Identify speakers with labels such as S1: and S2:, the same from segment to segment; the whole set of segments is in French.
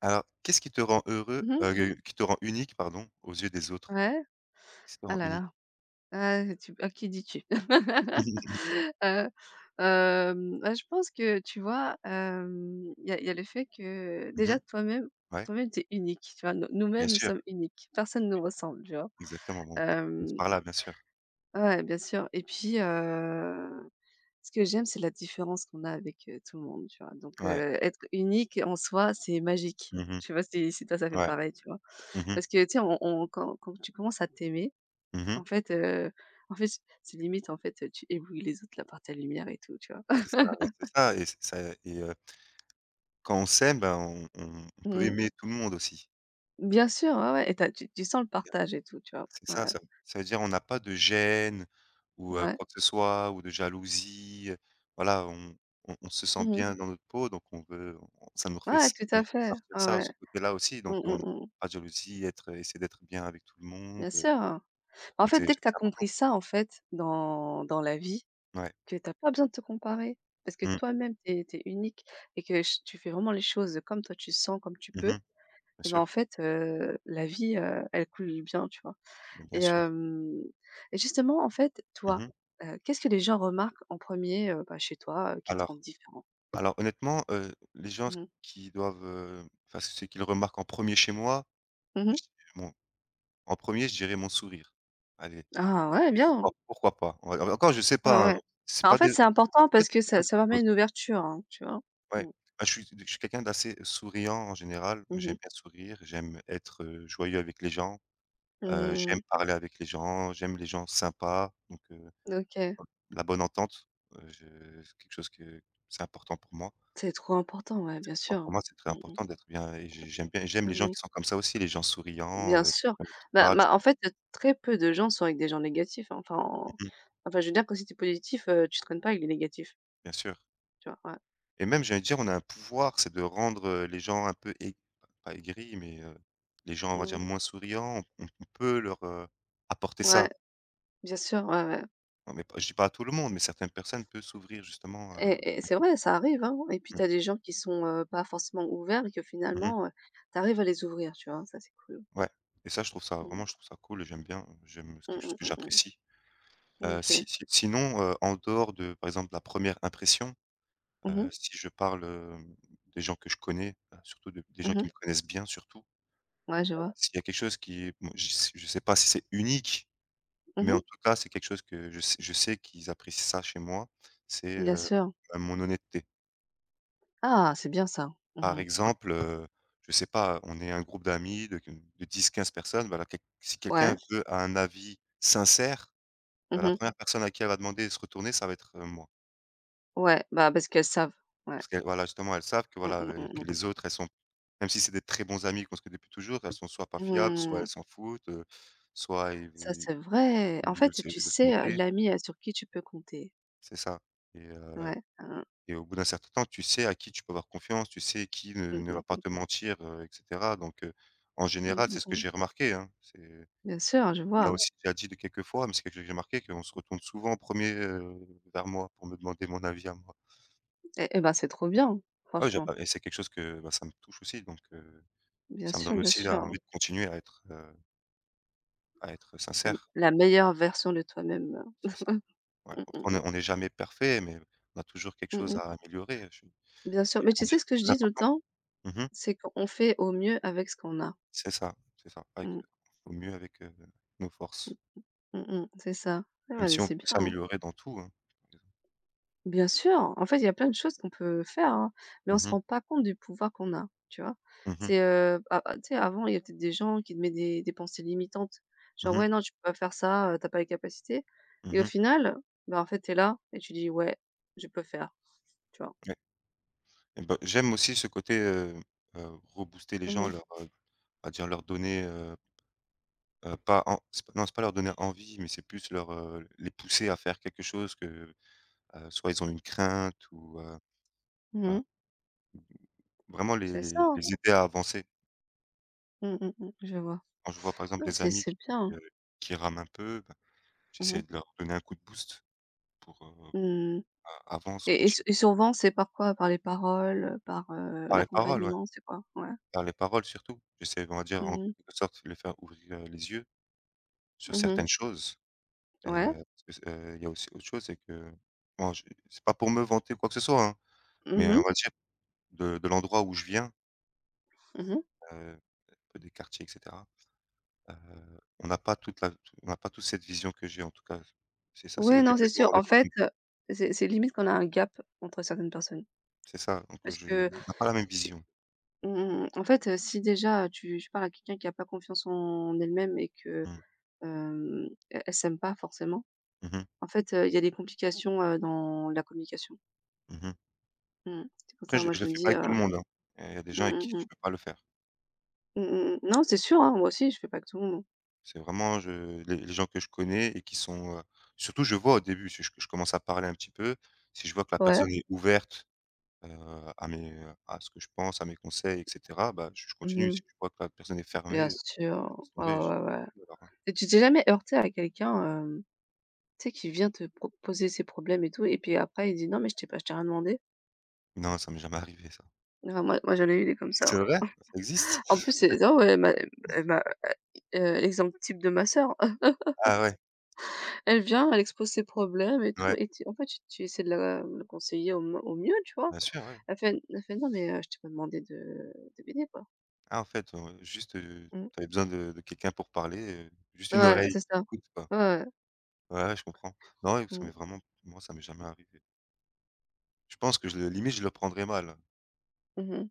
S1: Alors, qu'est-ce qui te rend heureux,
S2: Mmh mh.
S1: qui te rend unique, pardon, aux yeux des autres?
S2: Ouais.
S1: Qu'est-ce qui te
S2: Ah
S1: rend
S2: là
S1: unique?
S2: là. Ah tu à qui dis-tu? Heu, bah, je pense que tu vois, il y a le fait que
S1: Mmh.
S2: déjà toi-même
S1: Ouais,
S2: toi-même tu es unique, tu vois? Nous
S1: bien
S2: nous-mêmes, nous
S1: sûr,
S2: sommes uniques. Personne nous ressemble, tu vois?
S1: exactement. Bon, qu'on commence
S2: Hem,
S1: par là, bien sûr.
S2: ouais, bien sûr et puis, ce que j'aime, c'est la différence qu'on a avec, tout le monde, tu vois? Donc,
S1: Ouais.
S2: être unique en soi, c'est magique.
S1: Mmh.
S2: Je sais pas si toi ça fait
S1: Ouais.
S2: pareil, tu vois?
S1: Mmh mh.
S2: Parce que tu sais, on quand tu commences à t'aimer.
S1: Mmh.
S2: En fait, en fait, c'est limite, en fait, tu éblouis les autres là par ta lumière et tout, tu vois?
S1: C'est ça, ouais, c'est ça et quand on s'aime, ben, on peut
S2: Mmh.
S1: aimer tout le monde aussi.
S2: Bien sûr, ouais, ouais et tu sens le partage et tout, tu vois?
S1: C'est ça,
S2: Ouais,
S1: ça veut dire on n'a pas de gêne ou,
S2: ouais.
S1: quoi que ce soit ou de jalousie, voilà, on se sent
S2: Mmh.
S1: bien dans notre peau, donc on veut on ça nous refait
S2: Ouais, tout à fait.
S1: sortir
S2: Ouais,
S1: ça,
S2: ouais.
S1: ce côté-là aussi,
S2: Mmh,
S1: donc
S2: mmh,
S1: on a
S2: mmh.
S1: pas de jalousie, être essayer d'être bien avec tout le monde,
S2: Bien sûr, hein. En
S1: donc
S2: fait,
S1: c'est
S2: dès que tu as
S1: c'est important.
S2: compris ça, en fait, dans la vie,
S1: Ouais.
S2: que t'as pas besoin de te comparer parce que
S1: Mmh.
S2: toi-même, tu es unique et que ch tu fais vraiment les choses comme toi tu sens, comme tu
S1: Mmh.
S2: peux
S1: Bien
S2: et ben, en
S1: sûr,
S2: fait, la vie, elle coule bien, tu vois?
S1: mais bien
S2: Et
S1: sûr.
S2: hem justement, en fait, toi,
S1: Mmh.
S2: qu'est-ce que les gens remarquent en premier er bah, chez toi, qui te rend
S1: Alors
S2: différent?
S1: alors honnêtement, les gens
S2: Mmh mh.
S1: ceux qui le remarquent en premier chez moi, je
S2: Mmh.
S1: dirais bon, en premier je dirais mon sourire. Allez.
S2: Ah ouais, bien!
S1: Pourquoi pas? En en encore je sais
S2: Ouais,
S1: pas, hein,
S2: ouais.
S1: c'est
S2: Bah, en
S1: pas
S2: fait,
S1: des
S2: c'est important
S1: c'est pas
S2: parce
S1: des
S2: que ça
S1: questions que
S2: ça
S1: je me
S2: permet
S1: pose.
S2: une ouverture, hein, tu vois?
S1: Ouais.
S2: Mmh.
S1: Bah, je suis quelqu'un d'assez souriant en général,
S2: Mmh
S1: j'aime
S2: mh.
S1: bien sourire, j'aime être, joyeux avec les gens, j'aime
S2: Mmh.
S1: parler avec les gens, j'aime les gens sympas, donc
S2: OK.
S1: la bonne entente, je c'est quelque chose que c'est important pour moi.
S2: C'est trop important, ouais, bien
S1: Moi
S2: sûr.
S1: pour moi, c'est très
S2: Mmh mh.
S1: important d'être bien et j'aime les gens
S2: Mmh.
S1: qui sont comme ça aussi, les gens souriants,
S2: Bien sûr.
S1: qui
S2: Bah
S1: parlent.
S2: bah, en fait, très peu de gens sont avec des gens négatifs, hein. Enfin en-
S1: Mmh.
S2: enfin, je veux dire que si tu es positif, tu traînes pas avec les négatifs,
S1: Bien sûr.
S2: tu vois? Ouais.
S1: Et même, j'ai envie de dire, on a un pouvoir, c'est de rendre, les gens un peu aig pas aigris, mais, les gens, on va dire,
S2: Mmh.
S1: moins souriants. On peut leur, apporter
S2: Ouais,
S1: ça.
S2: bien sûr, ouais, ouais.
S1: Non, mais pas je dis pas à tout le monde, mais certaines personnes peuvent s'ouvrir justement,
S2: Et c'est vrai, ça arrive, hein et puis tu
S1: mmh,
S2: as des gens qui sont, pas forcément ouverts et que
S1: mmh mmh,
S2: finalement, tu arrives à les ouvrir, tu vois? Ça, c'est cool.
S1: ouais, et ça, je trouve ça
S2: Mmh.
S1: vraiment, je trouve ça cool et j'aime c'est
S2: Mmh
S1: quelque chose
S2: mh,
S1: que
S2: mmh mh.
S1: j'apprécie. Heu, si
S2: OK.
S1: si sinon, en dehors de, par exemple, la première impression,
S2: Mmh mh.
S1: si je parle, hem, des gens que je connais, bah, surtout de des gens qui
S2: Mmh.
S1: me connaissent bien surtout,
S2: Ouais, je vois.
S1: s'il y a quelque chose qui est bon, je sais pas si c'est unique. Mais
S2: Mmh.
S1: en tout cas, c'est quelque chose que je sais qu'ils apprécient ça chez moi, c'est,
S2: Bien sûr.
S1: bah, mon honnêteté.
S2: Ah, c'est bien ça.
S1: Par
S2: Mmh.
S1: exemple, je sais pas, on est un groupe d'amis de dix quinze personnes, bah, quel si quelqu'un
S2: Ouais.
S1: veut a un avis sincère, bah, la
S2: Mmh.
S1: première personne à qui elle va demander de se retourner, ça va être, moi.
S2: Ouais, bah, parce qu'elles savent. Ouais.
S1: Parce que voilà, justement, elles savent que
S2: Mmh
S1: voilà,
S2: mh, mmh mh.
S1: que les autres, elles sont, même si c'est des très bons amis qu'on se connaît depuis toujours, elles sont soit pas fiables, soit
S2: Mmh.
S1: elles s'en foutent, soit ils
S2: Ça,
S1: veu
S2: c'est vrai. En fait, tu
S1: ils veulent se
S2: sais,
S1: moquer.
S2: l'ami, sur qui tu peux compter.
S1: C'est ça et heu.
S2: Ouais. Hein, hein.
S1: Et au bout d'un certain temps, tu sais à qui tu peux avoir confiance, tu sais qui
S2: Mmh
S1: ne va pas
S2: mh.
S1: te mentir, et cetera. Donc, en
S2: Mmh
S1: général,
S2: mh,
S1: c'est ce que
S2: mmh.
S1: j'ai remarqué, hein. C'est
S2: Bien sûr, je
S1: on m'a
S2: vois.
S1: aussi déjà dit de quelques fois, mais c'est quelque chose que j'ai remarqué, qu'on se retourne souvent en 1er, vers moi pour me demander mon avis à moi.
S2: Et bah, c'est trop bien,
S1: Ouais, j'ai,
S2: franchement.
S1: et c'est quelque chose que, bah, ça me touche aussi, donc,
S2: Bien
S1: ça me
S2: sûr,
S1: donne
S2: bien
S1: aussi la
S2: sûr.
S1: envie de continuer à être
S2: La
S1: sincère.
S2: la meilleure version de toi-même.
S1: C'est ça, ouais. Après
S2: Mmh,
S1: on est jamais parfait, mais on a toujours quelque
S2: mmh, mmh,
S1: chose
S2: mmh,
S1: à améliorer, je vais
S2: bien sûr,
S1: dire
S2: mais tu
S1: des
S2: sais ce que
S1: choses
S2: je dis tout le
S1: importantes.
S2: temps?
S1: Mmh.
S2: C'est qu'on fait au mieux avec ce qu'on a.
S1: C'est ça, c'est ça. Avec,
S2: Mmh,
S1: au mieux avec, nos forces,
S2: mmh, mh, c'est ça. Ouais,
S1: même
S2: ouais,
S1: si on
S2: c'est
S1: peut
S2: bien, hein.
S1: s'améliorer dans tout, hein.
S2: Bien sûr, en fait, il y a plein de choses qu'on peut faire, hein, mais on
S1: Mmh
S2: se
S1: mh.
S2: rend pas compte du pouvoir qu'on a, tu vois?
S1: Mmh mh.
S2: C'est, a a tu sais, avant, il y a peut-être des gens qui te mettaient des pensées limitantes, genre:
S1: Mmh.
S2: «Ouais, non, tu peux pas faire ça, tu pas les capacités» et au
S1: Mmh.
S2: final, bah, en fait, t'es là et tu dis: «Ouais, je peux faire», tu vois?
S1: Ouais. Et bah, j'aime aussi ce côté, rebooster les
S2: Mmh
S1: gens,
S2: mh.
S1: leur, on dire leur donner, pas en c'est pas non, c'est pas leur donner envie, mais c'est plus leur, les pousser à faire quelque chose que, soit ils ont une crainte ou, voilà.
S2: Mmh.
S1: Vraiment
S2: C'est ça, hein.
S1: les aider à avancer.
S2: Mmh mh, mmh, je vois.
S1: Quand je vois par exemple
S2: Ouais,
S1: des
S2: c'est
S1: amis
S2: c'est bien, hein.
S1: heu, qui rament un peu, bah, j'essaie
S2: Mmh.
S1: de leur donner un coup de boost pour,
S2: Mmh.
S1: a avance,
S2: et et sou
S1: continue.
S2: et souvent, c'est par quoi? Par les paroles, par,
S1: Par les paroles, ouais,
S2: l'accompagnement, c'est quoi? Ouais.
S1: par les paroles surtout. J'essaie, on va dire, en
S2: Mmh.
S1: quelque sorte, de les faire ouvrir les yeux sur
S2: Mmh.
S1: certaines choses,
S2: Ouais.
S1: parce que, il y a aussi autre chose, c'est que bon, je c'est pas pour me vanter ou quoi que ce soit, hein, mais
S2: Mmh.
S1: on va dire de l'endroit où je viens,
S2: Mmh.
S1: heu, des quartiers et cetera, heu, on n'a pas toute la on n'a pas toute cette vision que j'ai en tout cas. C'est ça, c'est au
S2: Ouais, non,
S1: début,
S2: c'est
S1: je me
S2: sûr.
S1: rendais
S2: En
S1: pas
S2: fait,
S1: compte.
S2: c'est limite qu'on a un gap entre certaines personnes
S1: C'est ça, donc
S2: parce
S1: je on
S2: que
S1: n'a pas la même
S2: c'est
S1: vision.
S2: mmh en fait, si déjà tu parles à quelqu'un qui a pas confiance en elle-même et que,
S1: Mmh.
S2: elle s'aime pas forcément,
S1: Mmh mh.
S2: en fait, il y a des complications, dans la communication.
S1: Mmh.
S2: Mmh. C'est pour
S1: Après
S2: ça, moi,
S1: je
S2: je
S1: le
S2: me
S1: fais
S2: dis,
S1: pas avec tout le monde, hein. Il y a des gens avec
S2: Mmh mh
S1: qui
S2: mh.
S1: je peux pas le faire.
S2: Mmh mh. Non, c'est sûr, hein, moi aussi, je fais pas que tout le monde.
S1: C'est vraiment je les gens que je connais et qui sont, heu, surtout je vois au début, si je commence à parler un petit peu, si je vois que la
S2: Ouais,
S1: personne est ouverte, heu, à mes à ce que je pense, à mes conseils et cetera, bah, je
S2: mmh
S1: continue.
S2: mh,
S1: Si je vois que la personne est
S2: bien
S1: fermée, bah, je
S2: sûr.
S1: laisse
S2: Ouais,
S1: tomber et je
S2: ouais, ouais.
S1: dis, alors, hein.
S2: Et tu t'es jamais heurtée à quelqu'un, tu sais, qui vient te proposer ses problèmes et tout et puis après il dit: «Non mais je t'ai rien demandé».
S1: Non, ça m'est jamais arrivé ça.
S2: Ah moi j'en ai eu des comme ça,
S1: C'est
S2: hein.
S1: vrai? Ça existe?
S2: En plus c'est oh ouais, ma l'exemple type de ma sœur.
S1: Ah ouais,
S2: Elle vient, elle expose ses problèmes et tout
S1: ouais,
S2: et tu en fait, tu essaies de la conseiller au mieux, tu vois?
S1: bien sûr, ouais.
S2: Elle fait: «Non mais, je t'ai pas demandé de m'aider quoi».
S1: Ah en fait, juste, tu
S2: Mmh.
S1: avais besoin de quelqu'un pour parler, juste une
S2: Ouais,
S1: oreille
S2: c'est
S1: qui
S2: ça.
S1: écoute quoi.
S2: Ouais, ouais.
S1: Ouais, ouais, je comprends. Non, ouais,
S2: Mmh.
S1: ça m'est jamais arrivé. Je pense que je le limite, je le prendrais mal, hein.
S2: Mmh mh.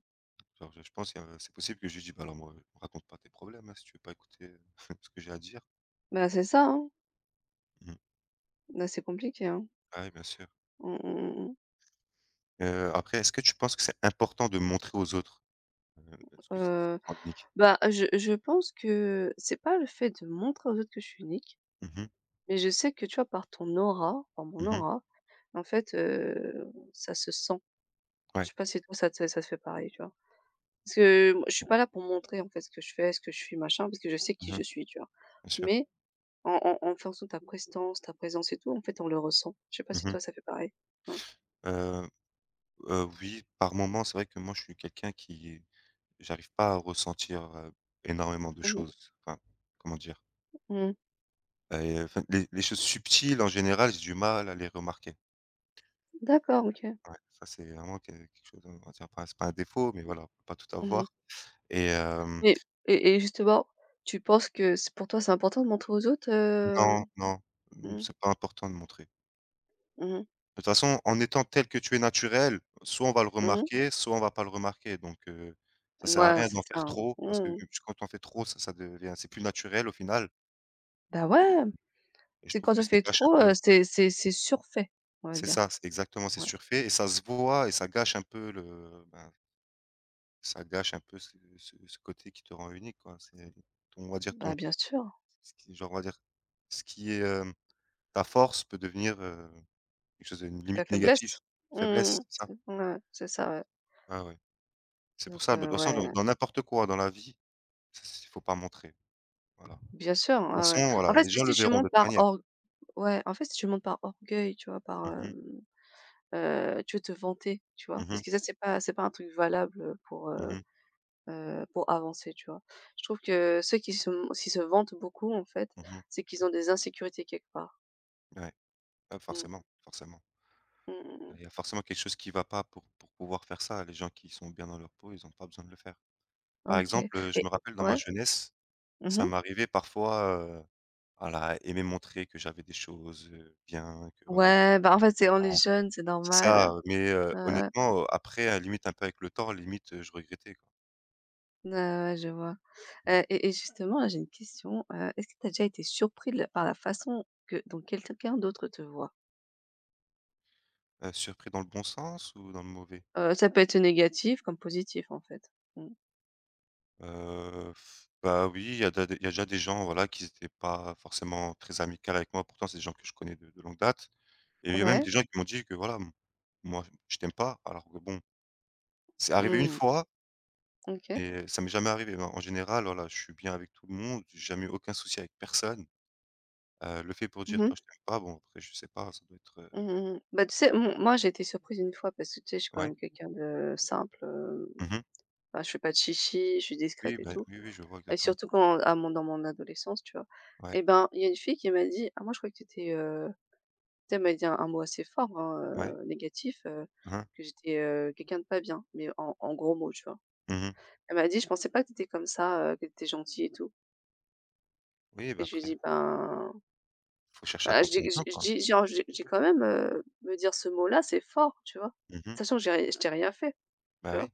S1: Genre, je pense qu'il c'est possible que je lui ai «Bah, alors moi, me raconte pas tes problèmes, hein, si tu veux pas écouter, ce que j'ai à dire».
S2: Bah, c'est ça, hein.
S1: Mmh.
S2: Bah, c'est compliqué, hein.
S1: Ah oui, bien sûr.
S2: Mmh, mmh, mmh, mmh.
S1: Après, est-ce que tu penses que c'est important de montrer aux autres, heu, ce que ce qui te revendique?
S2: Bah, je pense que c'est pas le fait de montrer aux autres que je suis unique,
S1: Mmh mh.
S2: mais je sais que, tu vois, par ton aura, par mon
S1: Mmh.
S2: aura, en fait, ça se sent. Je
S1: Ouais.
S2: sais pas si toi ça te fait pareil, tu vois? Parce que moi je suis pas là pour montrer, en fait, ce que je fais, ce que je suis, machin, parce que je sais
S1: Mmh.
S2: qui je suis, tu vois?
S1: Bien sûr.
S2: Mais en en fonction de ta prestance, ta présence et tout, en fait, on le ressent. Je sais pas
S1: Mmh
S2: si
S1: mh.
S2: toi ça fait pareil? Ouais.
S1: Heu, oui, par moment c'est vrai que moi, je suis quelqu'un qui j'arrive pas à ressentir, énormément de
S2: Mmh mh.
S1: choses. Enfin, comment dire?
S2: Mmh.
S1: Enfin, les choses subtiles, en général, j'ai du mal à les remarquer.
S2: D'accord, OK.
S1: Ouais, ça c'est vraiment que quelque chose, on va dire, pas c'est pas un défaut, mais voilà, on peut pas tout
S2: Mmh.
S1: avoir et hem,
S2: Mais et justement, tu penses que c'est pour toi, c'est important de montrer aux autres?
S1: non, non, mmh,
S2: Mmh.
S1: c'est pas important de montrer.
S2: Mmh mh.
S1: De toute façon, en étant tel que tu es naturel, soit on va le
S2: Mmh.
S1: remarquer, soit on va pas le remarquer donc ça sert à
S2: Ouais,
S1: rien
S2: c'est
S1: d'en
S2: ça,
S1: faire
S2: hein.
S1: trop parce que
S2: Mmh.
S1: quand on fait trop, ça ça devient c'est plus naturel au final
S2: Bah,
S1: et
S2: ouais,
S1: et je
S2: c'est
S1: trouve
S2: quand
S1: que
S2: tu
S1: ça
S2: fais
S1: gâche un
S2: trop,
S1: peu,
S2: c'est surfait, on va
S1: c'est
S2: dire.
S1: ça, c'est exactement, c'est
S2: Ouais.
S1: surfait et ça se voit et ça gâche un peu ce côté qui te rend unique quoi. C'est ton on va dire
S2: Bah,
S1: ton
S2: bien sûr,
S1: ce qui genre, on va dire, ce qui est, hem, ta force peut devenir, quelque chose une
S2: ta
S1: limite négative,
S2: faiblesse.
S1: faiblesse,
S2: Mmh.
S1: c'est ça?
S2: Ouais, c'est ça, ouais.
S1: Ah ouais. C'est pour
S2: Donc
S1: ça, bah,
S2: heu,
S1: de toute façon
S2: ouais,
S1: dans n'importe quoi dans la vie, il faut pas montrer, voilà. De
S2: bien sûr,
S1: toute
S2: ouais, ouais.
S1: façon,
S2: En
S1: voilà,
S2: fait,
S1: les
S2: si
S1: gens
S2: si
S1: le
S2: tu
S1: verront de
S2: montes
S1: toute
S2: par
S1: manière.
S2: or ouais, en fait, si tu montes par orgueil, tu vois? Par,
S1: Mmh mh.
S2: tu veux te vanter, tu vois?
S1: Mmh
S2: Parce
S1: mh.
S2: que ça, c'est pas un truc valable, pour, heu
S1: Mmh.
S2: pour avancer, tu vois? Je trouve que ceux qui se vantent beaucoup, en fait,
S1: Mmh.
S2: c'est qu'ils ont des insécurités quelque part.
S1: Ouais. Ah
S2: Mmh.
S1: forcément, forcément.
S2: Mmh mh.
S1: Il y a forcément quelque chose qui va pas pour pouvoir faire ça. Les gens qui sont bien dans leur peau, ils ont pas besoin de le faire. Par
S2: OK. Et
S1: exemple, je me rappelle dans ma
S2: ouais?
S1: jeunesse, ça
S2: Mmh.
S1: m'arrivait parfois, heu, voilà, à aimer montrer que j'avais des choses, bien, que voilà.
S2: Ouais, bah, en fait, c'est on est jeunes, c'est
S1: C'est
S2: normal.
S1: ça, mais
S2: Ouais, ouais.
S1: honnêtement, après, à limite un peu avec le temps, limite, je regrettais quoi.
S2: Ouais, ouais, ouais, je vois.
S1: Mmh.
S2: Et justement, là, j'ai une question, est-ce que tu as déjà été surpris de la par la façon que dont quelqu'un d'autre te voit?
S1: Surpris dans le bon sens ou dans le mauvais?
S2: Ça peut être négatif comme positif, en fait. Mmh.
S1: Heu, bah, oui, il y a déjà des gens, voilà, qui étaient pas forcément très amicales avec moi, pourtant c'est des gens que je connais de longue date et il y a même
S2: Ouais.
S1: des gens qui m'ont dit que voilà, m moi, je t'aime pas, alors que bon, c'est arrivé une
S2: Mmh.
S1: fois
S2: OK.
S1: et ça m'est jamais arrivé. En général, voilà, je suis bien avec tout le monde, j'ai jamais eu aucun souci avec personne. Le fait pour dire:
S2: Mmh.
S1: «Toi, je t'aime pas», bon après je sais pas, ça doit être,
S2: Mmh
S1: heu,
S2: mh mh. Bah, tu sais, m moi, j'ai été surprise une fois parce que, tu sais, je suis quand
S1: ouais.
S2: même quelqu'un de simple,
S1: Mmh mh.
S2: enfin, je fais pas de chichi, je suis discrète
S1: Oui,
S2: et
S1: bah,
S2: tout
S1: oui, oui, je vois
S2: et
S1: exactement.
S2: surtout quand à mon dans mon adolescence, tu vois?
S1: Ouais,
S2: Et ben, il y a une fille qui m'a dit: «Ah moi je croyais que tu étais», tu sais, elle m'a dit un mot assez fort, hein,
S1: ouais.
S2: négatif,
S1: Mmh mh.
S2: que j'étais, quelqu'un de pas bien, mais en gros mots, tu vois?
S1: Mmh.
S2: Elle m'a dit: «Je pensais pas que tu étais comme ça, que tu étais gentille et tout»
S1: Oui,
S2: et
S1: bah,
S2: je lui
S1: après,
S2: ai dit: «Ben»
S1: faut chercher à
S2: bah, je dis
S1: comprendre bien,
S2: je je
S1: quoi.
S2: dis genre, j'ai quand même, me dire ce mot-là, c'est fort, tu vois?
S1: Mmh.
S2: Sachant que j'ai ri je t'ai rien fait, tu
S1: Bah,
S2: vois?
S1: oui.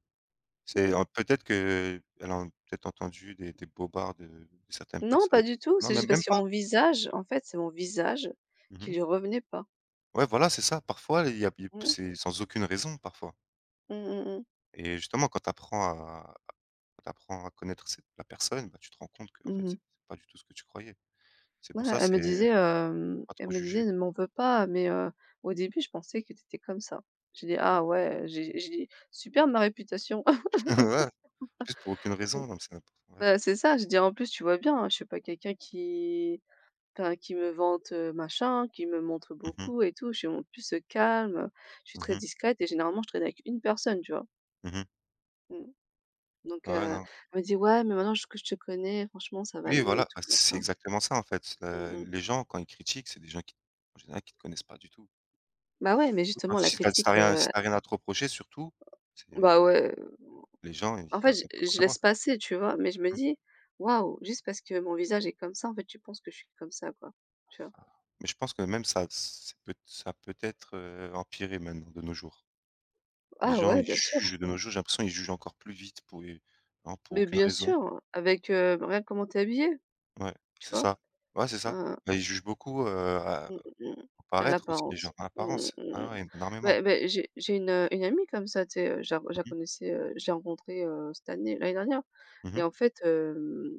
S2: Mmh.
S1: C'est en peut-être que qu'elle a peut-être entendu des bobards de certaines
S2: Non,
S1: personnes.
S2: pas du tout,
S1: Non,
S2: c'est juste
S1: même
S2: parce
S1: même
S2: que
S1: pas.
S2: mon visage, en fait, c'est mon visage qui
S1: Mmh.
S2: lui revenait pas.
S1: Ouais, voilà, c'est ça. Parfois, il y a
S2: Mmh.
S1: c'est sans aucune raison, parfois
S2: Mmh mmh.
S1: et justement, quand t'apprends à connaître cette la personne, bah, tu te rends compte que en fait,
S2: Mmh mh.
S1: c'est pas du tout ce que tu croyais. C'est
S2: Ouais,
S1: pour ça,
S2: elle me
S1: c'est
S2: disait, hem,
S1: pas
S2: elle
S1: trop
S2: me disait:
S1: juger.
S2: «Ne m'en veux pas, mais au début, je pensais que tu étais comme ça». J'ai dit: «Ah ouais», j'ai dit: «Super ma réputation».
S1: Ouais, juste pour aucune
S2: Mmh.
S1: raison, donc c'est n'importe ouais.
S2: Bah, c'est ça. Je dis «En plus, tu vois bien, hein, je suis pas quelqu'un qui me vante, machin, qui me montre
S1: Mmh mh.
S2: beaucoup et tout». Je suis en plus, calme, je suis très
S1: Mmh.
S2: discrète et généralement, je traîne avec une personne, tu vois?
S1: Mmh.
S2: Mmh. Donc,
S1: Ah ouais,
S2: elle
S1: non.
S2: me dit: «Ouais, mais maintenant j que je te connais, franchement, ça va
S1: Oui,
S2: mieux et
S1: voilà,
S2: tout,
S1: bah, c'est
S2: machin».
S1: exactement ça, en fait.
S2: Mmh mh.
S1: Les gens, quand ils critiquent, c'est des gens qui, en général, qui te connaissent pas du tout.
S2: Bah ouais, mais
S1: Hein,
S2: justement la
S1: si tu
S2: critique,
S1: rien si tu rien à te reprocher, surtout,
S2: bah
S1: c'est
S2: ouais,
S1: les gens,
S2: en
S1: ils
S2: fait,
S1: racontent
S2: je
S1: n'importe
S2: je laisse
S1: quoi.
S2: passer, tu vois? Mais je me
S1: Mmh.
S2: dis: «Waouh, juste parce que mon visage est comme ça, en fait, tu penses que je suis comme ça, quoi». Tu vois?
S1: Mais je pense que même ça, c'est peut ça peut être, empiré maintenant, de nos jours. Les
S2: Ah
S1: gens,
S2: ouais,
S1: ils
S2: bien sûr,
S1: jugent de nos jours, j'ai l'impression, ils jugent encore plus vite pour et hein, pour
S2: mais
S1: aucune
S2: bien
S1: raison.
S2: sûr, avec, bah, regarde comment t'es es habillée,
S1: Ouais,
S2: tu
S1: c'est
S2: vois?
S1: ça. Ouais, c'est ça.
S2: Hein.
S1: Bah, ils jugent beaucoup, à
S2: Mmh mh.
S1: au
S2: À
S1: paraître aussi, les gens,
S2: l'apparence.
S1: à
S2: Mmh
S1: l'apparence.
S2: mh.
S1: Ah ouais, énormément.
S2: Beh, j'ai une amie comme ça, tu sais, je la je
S1: Mmh
S2: la
S1: mh.
S2: connaissais, je l'ai rencontrée, cette année l'année dernière et
S1: Mmh.
S2: en fait,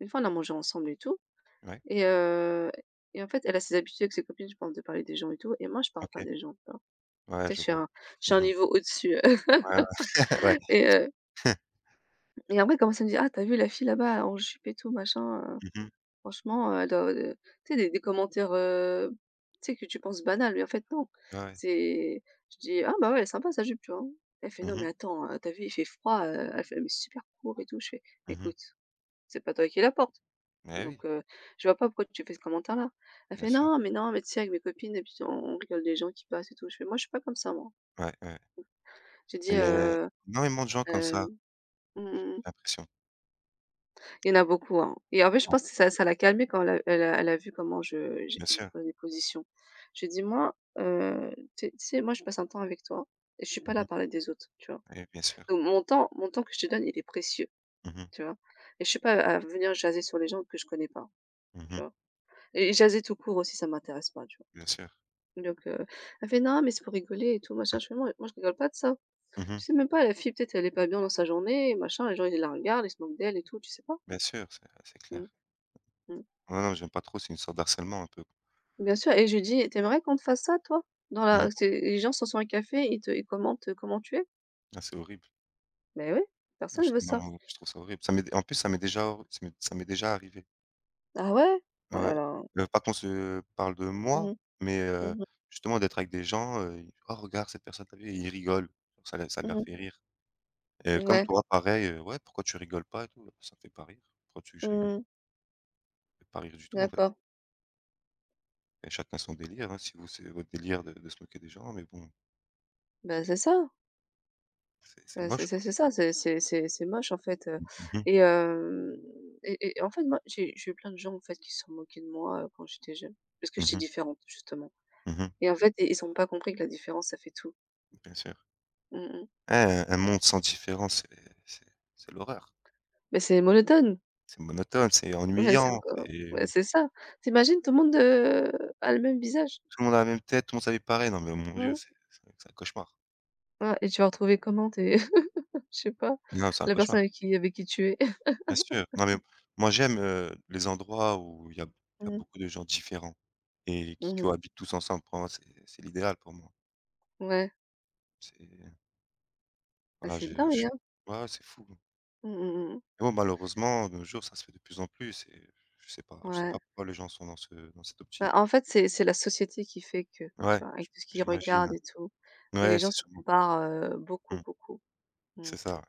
S2: une fois on a mangé ensemble et tout
S1: Ouais,
S2: et heu et en fait, elle a ses habitudes avec ses copines, je pense, de parler des gens et tout et moi je parle pas
S1: OK.
S2: des gens, tu vois?
S1: Ouais,
S2: Tu sais,
S1: je vois.
S2: je suis un
S1: Mmh.
S2: niveau au-dessus
S1: Ouais. Ouais.
S2: et heu et après elle commence à me dire: «Ah tu as vu la fille là-bas en jupe et tout machin».
S1: Mmh.
S2: Franchement, dans de tu sais des commentaires, tu sais que tu penses banal mais en fait non.
S1: Ouais, ouais.
S2: C'est je dis: «Ah bah ouais, elle est sympa sa jupe», tu vois? Elle fait: «Non mais
S1: Mmh.
S2: attends, tu vu, il fait froid», elle fait: «Ah, «Mais super court et tout». Je fais:
S1: Mmh.
S2: «Écoute, c'est pas toi qui la portes,
S1: Mais oui,
S2: donc, je vois pas pourquoi tu fais ce commentaire-là». Elle
S1: bien
S2: fait:
S1: sûr.
S2: «Non, mais non, mais tu sais avec mes copines et puis on rigole des gens qui passent et tout». Je fais: «Moi je suis pas comme ça moi».
S1: Ouais, ouais.
S2: J'ai dit,
S1: Mais il y a énormément de gens comme ça,
S2: hem,
S1: j'ai
S2: mmh
S1: l'impression.
S2: Il y en a beaucoup, hein et en fait, je
S1: Ouais,
S2: pense que ça l'a calmée quand elle a vu comment je j'ai
S1: bien
S2: je
S1: sûr.
S2: prenais position. Je lui ai dit: «Moi, tu sais, moi, je passe un temps avec toi et je suis pas là à
S1: Mmh.
S2: parler des autres», tu vois?
S1: Et bien sûr.
S2: Donc mon temps que je te donne, il est précieux,
S1: Mmh mh.
S2: tu vois? Et je suis pas à venir jaser sur les gens que je connais pas, tu
S1: Mmh.
S2: vois? Et jaser tout court aussi, ça m'intéresse pas, tu
S1: Bien sûr.
S2: vois? Donc, elle fait: «Non, mais c'est pour rigoler et tout, machin». Je fais: «Moi, je rigole pas de ça.
S1: Mmh.
S2: Tu sais même pas la fille, peut-être, elle est pas bien dans sa journée machin, les gens, ils la regardent, ils se moquent d'elle et tout, tu sais pas?»
S1: Bien sûr, c'est
S2: Mmh,
S1: clair.
S2: mmh.
S1: Non, non, j'aime pas trop, c'est une sorte d'harcèlement un peu.
S2: Bien sûr et je lui dis: t'aimerais qu'on te fasse ça toi? Dans la»
S1: Mmh.
S2: c'est les gens sont sur un café, ils commentent, comment tu es.
S1: Ah, c'est horrible.
S2: Mais oui,
S1: Ah,
S2: personne
S1: je
S2: veut
S1: moi,
S2: ça.
S1: je trouve ça horrible. Ça m'est déjà or ça m'est déjà arrivé.
S2: Ah ouais? Oh
S1: Ouais.
S2: là là.
S1: Pas qu'on se parle de
S2: Mmh
S1: moi,
S2: mh.
S1: mais
S2: Mmh.
S1: justement d'être avec des gens, «Oh regarde cette personne, tu vu, il rigole». Ça leur
S2: Mmh.
S1: fait rire. Comme
S2: Ouais.
S1: toi pareil, «Ouais, pourquoi tu rigoles pas et tout?» bah, «Ça me fait pas rire. Pourquoi tu veux je rigole?»
S2: Mmh.
S1: «Ça me fait pas rire du tout en fait»
S2: D'accord.
S1: et chacun son délire, hein. Si vous, c'est votre délire de se moquer des gens, mais bon,
S2: Ben
S1: c'est
S2: c'est ça.
S1: c'est
S2: Bah,
S1: moche
S2: c'est
S1: quoi.
S2: ça, c'est moche en fait.
S1: Mmh mh.
S2: Et hem et en fait moi j'ai eu plein de gens en fait qui se sont moqués de moi, quand j'étais jeune. Parce que j'étais
S1: Mmh.
S2: différente justement
S1: Mmh.
S2: et en fait, ils ont pas compris que la différence ça fait tout.
S1: Bien sûr.
S2: Mmh mh.
S1: Ouais, un monde sans différence, c'est l'horreur.
S2: Mais c'est monotone.
S1: C'est monotone, c'est
S2: Mais c'est
S1: ennuyant,
S2: ça, mais
S1: c'est
S2: c'est ça. Tu tout le monde, a le même visage.
S1: tout le monde a la même tête, tout le monde s'habille pareil. Non mais oh mon Dieu,
S2: Mmh.
S1: c'est un cauchemar.
S2: Ouais et tu vas retrouver comment tes je sais pas,
S1: Non, c'est un
S2: la personne
S1: cauchemar,
S2: avec qui tu es.
S1: bien sûr. Non mais moi j'aime, les endroits où il y a
S2: Mmh.
S1: beaucoup de gens différents. Et qui
S2: Mmh.
S1: cohabitent tous ensemble pour moi, c'est l'idéal pour moi.
S2: Ouais.
S1: C'est
S2: Ah
S1: voilà,
S2: c'est dingue,
S1: je
S2: hein.
S1: ouais, c'est fou.
S2: Mmh mh, mmh.
S1: Mais bon, malheureusement, de nos jours, ça se fait de plus en plus et je sais
S2: Ouais.
S1: pas pourquoi les gens sont dans cette
S2: Bah,
S1: optique.
S2: en fait, c'est la société qui fait que,
S1: Ouais,
S2: tu vois?
S1: j
S2: Avec tout ce qu'ils
S1: j'imagine.
S2: regardent et tout et les
S1: Ouais,
S2: gens
S1: c'est
S2: se
S1: sûrement.
S2: comparent, beaucoup,
S1: Mmh.
S2: beaucoup. Mmh.
S1: C'est ça.